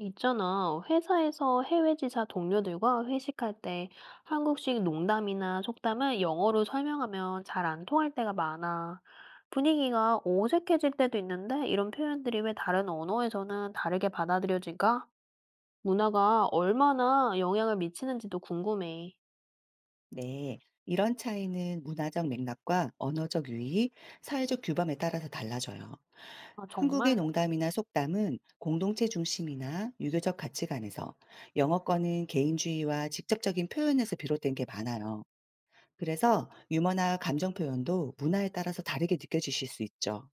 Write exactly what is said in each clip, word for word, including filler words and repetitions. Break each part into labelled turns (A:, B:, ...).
A: 있잖아. 회사에서 해외 지사 동료들과 회식할 때 한국식 농담이나 속담을 영어로 설명하면 잘 안 통할 때가 많아. 분위기가 어색해질 때도 있는데 이런 표현들이 왜 다른 언어에서는 다르게 받아들여질까? 문화가 얼마나 영향을 미치는지도 궁금해.
B: 네, 이런 차이는 문화적 맥락과 언어적 유의 사회적 규범에 따라서 달라져요.
A: 아,
B: 한국의
A: 정말?
B: 농담이나 속담은 공동체 중심이나 유교적 가치관에서, 영어권은 개인주의와 직접적인 표현에서 비롯된 게 많아요. 그래서 유머나 감정 표현도 문화에 따라서 다르게 느껴지실 수 있죠.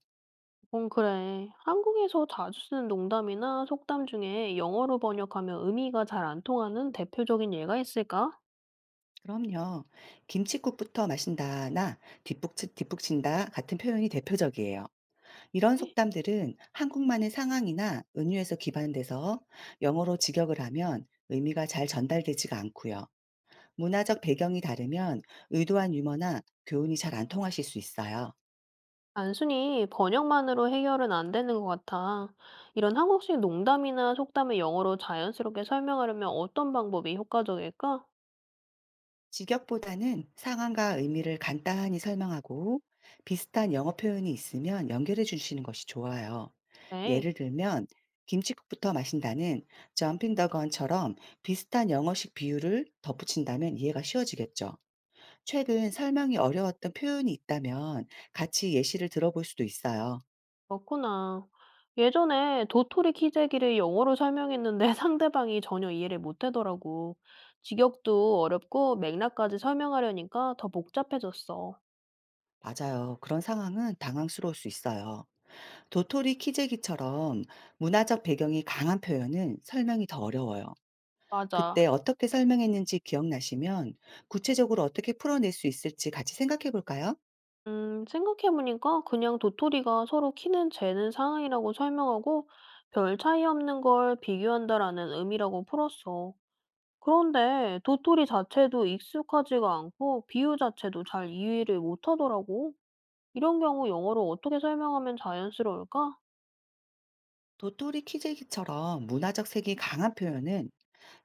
A: 응, 그래. 한국에서 자주 쓰는 농담이나 속담 중에 영어로 번역하면 의미가 잘 안 통하는 대표적인 예가 있을까?
B: 그럼요. 김칫국부터 마신다나 뒷북, 뒷북친다 같은 표현이 대표적이에요. 이런 속담들은 한국만의 상황이나 은유에서 기반돼서 영어로 직역을 하면 의미가 잘 전달되지가 않고요. 문화적 배경이 다르면 의도한 유머나 교훈이 잘 안 통하실 수 있어요.
A: 단순히 번역만으로 해결은 안 되는 것 같아. 이런 한국식 농담이나 속담을 영어로 자연스럽게 설명하려면 어떤 방법이 효과적일까?
B: 직역보다는 상황과 의미를 간단히 설명하고 비슷한 영어 표현이 있으면 연결해 주시는 것이 좋아요.
A: 네,
B: 예를 들면 김치국부터 마신다는 점핑 더 건처럼 비슷한 영어식 비유를 덧붙인다면 이해가 쉬워지겠죠. 최근 설명이 어려웠던 표현이 있다면 같이 예시를 들어볼 수도 있어요.
A: 그렇구나. 예전에 도토리 키재기를 영어로 설명했는데 상대방이 전혀 이해를 못 하더라고. 직역도 어렵고 맥락까지 설명하려니까 더 복잡해졌어.
B: 맞아요. 그런 상황은 당황스러울 수 있어요. 도토리 키재기처럼 문화적 배경이 강한 표현은 설명이 더 어려워요.
A: 맞아.
B: 그때 어떻게 설명했는지 기억나시면 구체적으로 어떻게 풀어낼 수 있을지 같이 생각해 볼까요?
A: 음, 생각해보니까 그냥 도토리가 서로 키는 재는 상황이라고 설명하고 별 차이 없는 걸 비교한다라는 의미라고 풀었어. 그런데 도토리 자체도 익숙하지가 않고 비유 자체도 잘 이해를 못하더라고. 이런 경우 영어로 어떻게 설명하면 자연스러울까?
B: 도토리 키재기처럼 문화적 색이 강한 표현은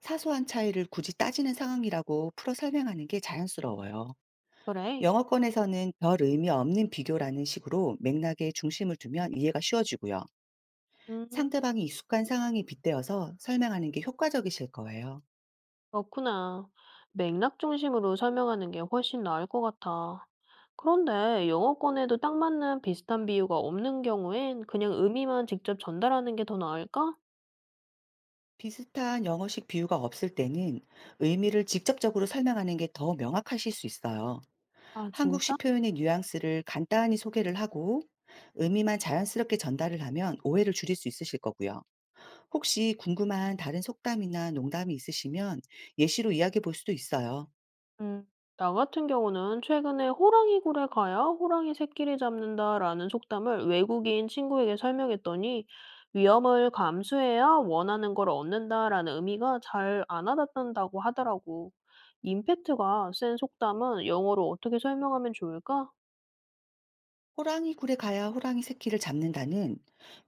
B: 사소한 차이를 굳이 따지는 상황이라고 풀어 설명하는 게 자연스러워요.
A: 그래.
B: 영어권에서는 별 의미 없는 비교라는 식으로 맥락에 중심을 두면 이해가 쉬워지고요.
A: 음.
B: 상대방이 익숙한 상황에 빗대어서 설명하는 게 효과적이실 거예요.
A: 그렇구나. 맥락 중심으로 설명하는 게 훨씬 나을 것 같아. 그런데 영어권에도 딱 맞는 비슷한 비유가 없는 경우엔 그냥 의미만 직접 전달하는 게 더 나을까?
B: 비슷한 영어식 비유가 없을 때는 의미를 직접적으로 설명하는 게 더 명확하실 수 있어요.
A: 아, 진짜?
B: 한국식 표현의 뉘앙스를 간단히 소개를 하고 의미만 자연스럽게 전달을 하면 오해를 줄일 수 있으실 거고요. 혹시 궁금한 다른 속담이나 농담이 있으시면 예시로 이야기해 볼 수도 있어요.
A: 음, 나 같은 경우는 최근에 호랑이 굴에 가야 호랑이 새끼를 잡는다라는 속담을 외국인 친구에게 설명했더니 위험을 감수해야 원하는 걸 얻는다라는 의미가 잘 안 와닿는다고 하더라고. 임팩트가 센 속담은 영어로 어떻게 설명하면 좋을까?
B: 호랑이 굴에 가야 호랑이 새끼를 잡는다는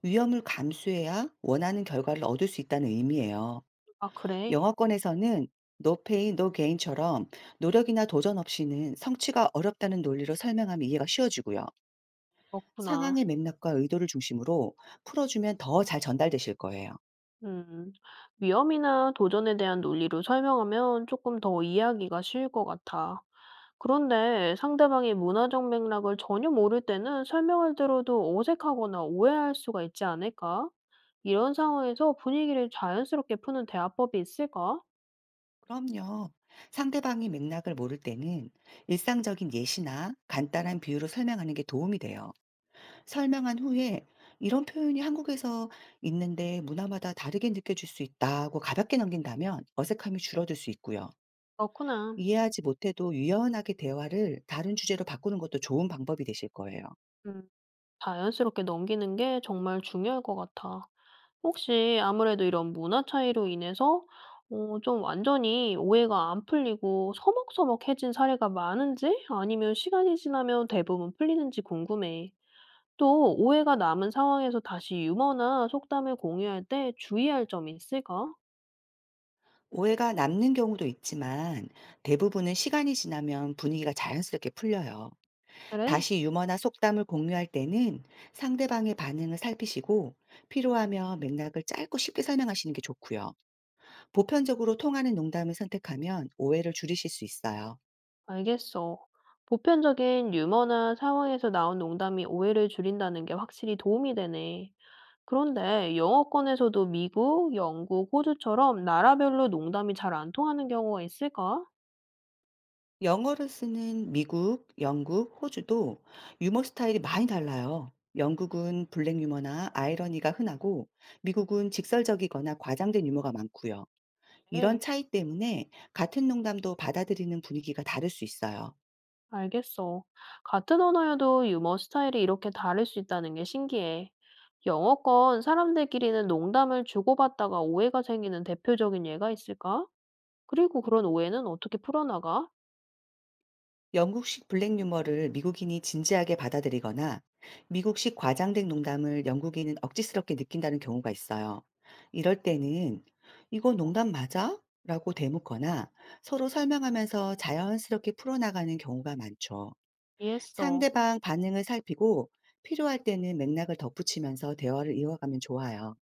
B: 위험을 감수해야 원하는 결과를 얻을 수 있다는 의미예요.
A: 아, 그래.
B: 영어권에서는 no pain, no gain처럼 노력이나 도전 없이는 성취가 어렵다는 논리로 설명하면 이해가 쉬워지고요.
A: 그렇구나.
B: 상황의 맥락과 의도를 중심으로 풀어주면 더 잘 전달되실 거예요.
A: 음. 위험이나 도전에 대한 논리로 설명하면 조금 더 이해하기가 쉬울 것 같아. 그런데 상대방의 문화적 맥락을 전혀 모를 때는 설명을 들어도 어색하거나 오해할 수가 있지 않을까? 이런 상황에서 분위기를 자연스럽게 푸는 대화법이 있을까?
B: 그럼요. 상대방이 맥락을 모를 때는 일상적인 예시나 간단한 비유로 설명하는 게 도움이 돼요. 설명한 후에 "이런 표현이 한국에서 있는데 문화마다 다르게 느껴질 수 있다."고 가볍게 넘긴다면 어색함이 줄어들 수 있고요.
A: 그렇구나.
B: 이해하지 못해도 유연하게 대화를 다른 주제로 바꾸는 것도 좋은 방법이 되실 거예요.
A: 음, 자연스럽게 넘기는 게 정말 중요할 것 같아. 혹시 아무래도 이런 문화 차이로 인해서 어 좀 완전히 오해가 안 풀리고 서먹서먹해진 사례가 많은지 아니면 시간이 지나면 대부분 풀리는지 궁금해. 또 오해가 남은 상황에서 다시 유머나 속담을 공유할 때 주의할 점이 있을까?
B: 오해가 남는 경우도 있지만 대부분은 시간이 지나면 분위기가 자연스럽게 풀려요.
A: 그래?
B: 다시 유머나 속담을 공유할 때는 상대방의 반응을 살피시고 필요하면 맥락을 짧고 쉽게 설명하시는 게 좋고요. 보편적으로 통하는 농담을 선택하면 오해를 줄이실 수 있어요.
A: 알겠어. 보편적인 유머나 상황에서 나온 농담이 오해를 줄인다는 게 확실히 도움이 되네. 그런데 영어권에서도 미국, 영국, 호주처럼 나라별로 농담이 잘 안 통하는 경우가 있을까?
B: 영어를 쓰는 미국, 영국, 호주도 유머 스타일이 많이 달라요. 영국은 블랙 유머나 아이러니가 흔하고 미국은 직설적이거나 과장된 유머가 많고요. 이런
A: 네,
B: 차이 때문에 같은 농담도 받아들이는 분위기가 다를 수 있어요.
A: 알겠어. 같은 언어여도 유머 스타일이 이렇게 다를 수 있다는 게 신기해. 영어권 사람들끼리는 농담을 주고받다가 오해가 생기는 대표적인 예가 있을까? 그리고 그런 오해는 어떻게 풀어나가?
B: 영국식 블랙 유머를 미국인이 진지하게 받아들이거나 미국식 과장된 농담을 영국인은 억지스럽게 느낀다는 경우가 있어요. 이럴 때는 이거 농담 맞아? 라고 대묻거나 서로 설명하면서 자연스럽게 풀어나가는 경우가 많죠.
A: 이해했어.
B: 상대방 반응을 살피고 필요할 때는 맥락을 덧붙이면서 대화를 이어가면 좋아요.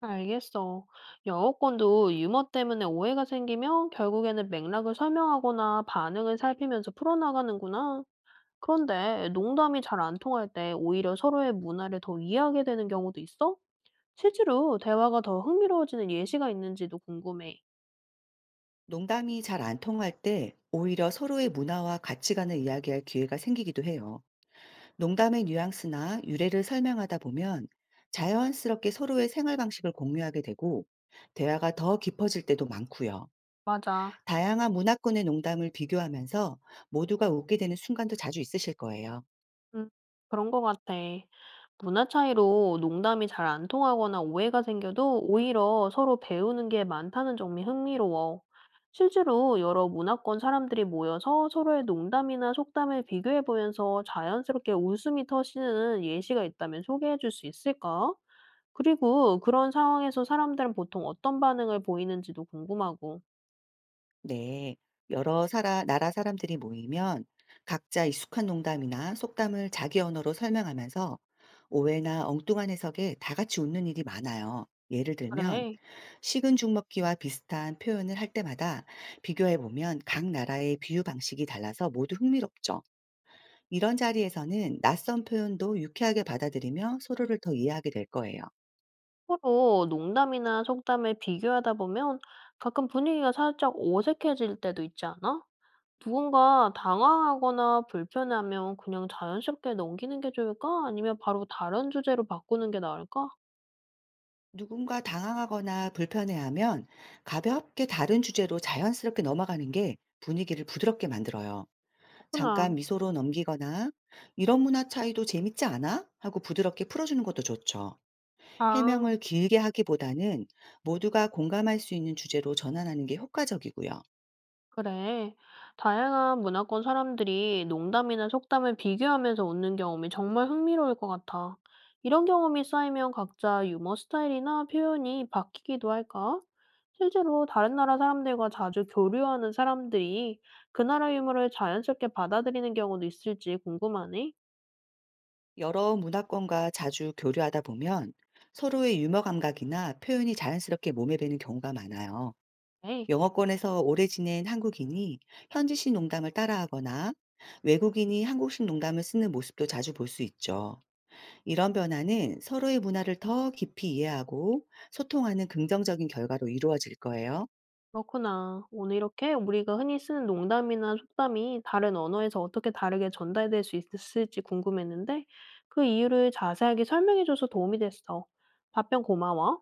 A: 알겠어. 영어권도 유머 때문에 오해가 생기면 결국에는 맥락을 설명하거나 반응을 살피면서 풀어나가는구나. 그런데 농담이 잘 안 통할 때 오히려 서로의 문화를 더 이해하게 되는 경우도 있어? 실제로 대화가 더 흥미로워지는 예시가 있는지도 궁금해.
B: 농담이 잘 안 통할 때 오히려 서로의 문화와 가치관을 이야기할 기회가 생기기도 해요. 농담의 뉘앙스나 유래를 설명하다 보면 자연스럽게 서로의 생활 방식을 공유하게 되고 대화가 더 깊어질 때도 많고요.
A: 맞아.
B: 다양한 문화권의 농담을 비교하면서 모두가 웃게 되는 순간도 자주 있으실 거예요.
A: 음, 그런 것 같아. 문화 차이로 농담이 잘 안 통하거나 오해가 생겨도 오히려 서로 배우는 게 많다는 점이 흥미로워. 실제로 여러 문화권 사람들이 모여서 서로의 농담이나 속담을 비교해 보면서 자연스럽게 웃음이 터지는 예시가 있다면 소개해 줄 수 있을까? 그리고 그런 상황에서 사람들은 보통 어떤 반응을 보이는지도 궁금하고.
B: 네, 여러 사라, 나라 사람들이 모이면 각자 익숙한 농담이나 속담을 자기 언어로 설명하면서 오해나 엉뚱한 해석에 다 같이 웃는 일이 많아요. 예를 들면,
A: 그래.
B: 식은 죽 먹기와 비슷한 표현을 할 때마다 비교해 보면 각 나라의 비유 방식이 달라서 모두 흥미롭죠. 이런 자리에서는 낯선 표현도 유쾌하게 받아들이며 서로를 더 이해하게 될 거예요.
A: 서로 농담이나 속담을 비교하다 보면 가끔 분위기가 살짝 어색해질 때도 있지 않아? 누군가 당황하거나 불편하면 그냥 자연스럽게 넘기는 게 좋을까? 아니면 바로 다른 주제로 바꾸는 게 나을까?
B: 누군가 당황하거나 불편해하면 가볍게 다른 주제로 자연스럽게 넘어가는 게 분위기를 부드럽게 만들어요.
A: 그렇구나.
B: 잠깐 미소로 넘기거나 이런 문화 차이도 재밌지 않아? 하고 부드럽게 풀어주는 것도 좋죠.
A: 아.
B: 해명을 길게 하기보다는 모두가 공감할 수 있는 주제로 전환하는 게 효과적이고요.
A: 그래. 다양한 문화권 사람들이 농담이나 속담을 비교하면서 웃는 경험이 정말 흥미로울 것 같아. 이런 경험이 쌓이면 각자 유머 스타일이나 표현이 바뀌기도 할까? 실제로 다른 나라 사람들과 자주 교류하는 사람들이 그 나라 유머를 자연스럽게 받아들이는 경우도 있을지 궁금하네.
B: 여러 문화권과 자주 교류하다 보면 서로의 유머 감각이나 표현이 자연스럽게 몸에 배는 경우가 많아요.
A: 네.
B: 영어권에서 오래 지낸 한국인이 현지식 농담을 따라하거나 외국인이 한국식 농담을 쓰는 모습도 자주 볼 수 있죠. 이런 변화는 서로의 문화를 더 깊이 이해하고 소통하는 긍정적인 결과로 이루어질 거예요.
A: 그렇구나. 오늘 이렇게 우리가 흔히 쓰는 농담이나 속담이 다른 언어에서 어떻게 다르게 전달될 수 있을지 궁금했는데, 그 이유를 자세하게 설명해줘서 도움이 됐어. 답변 고마워.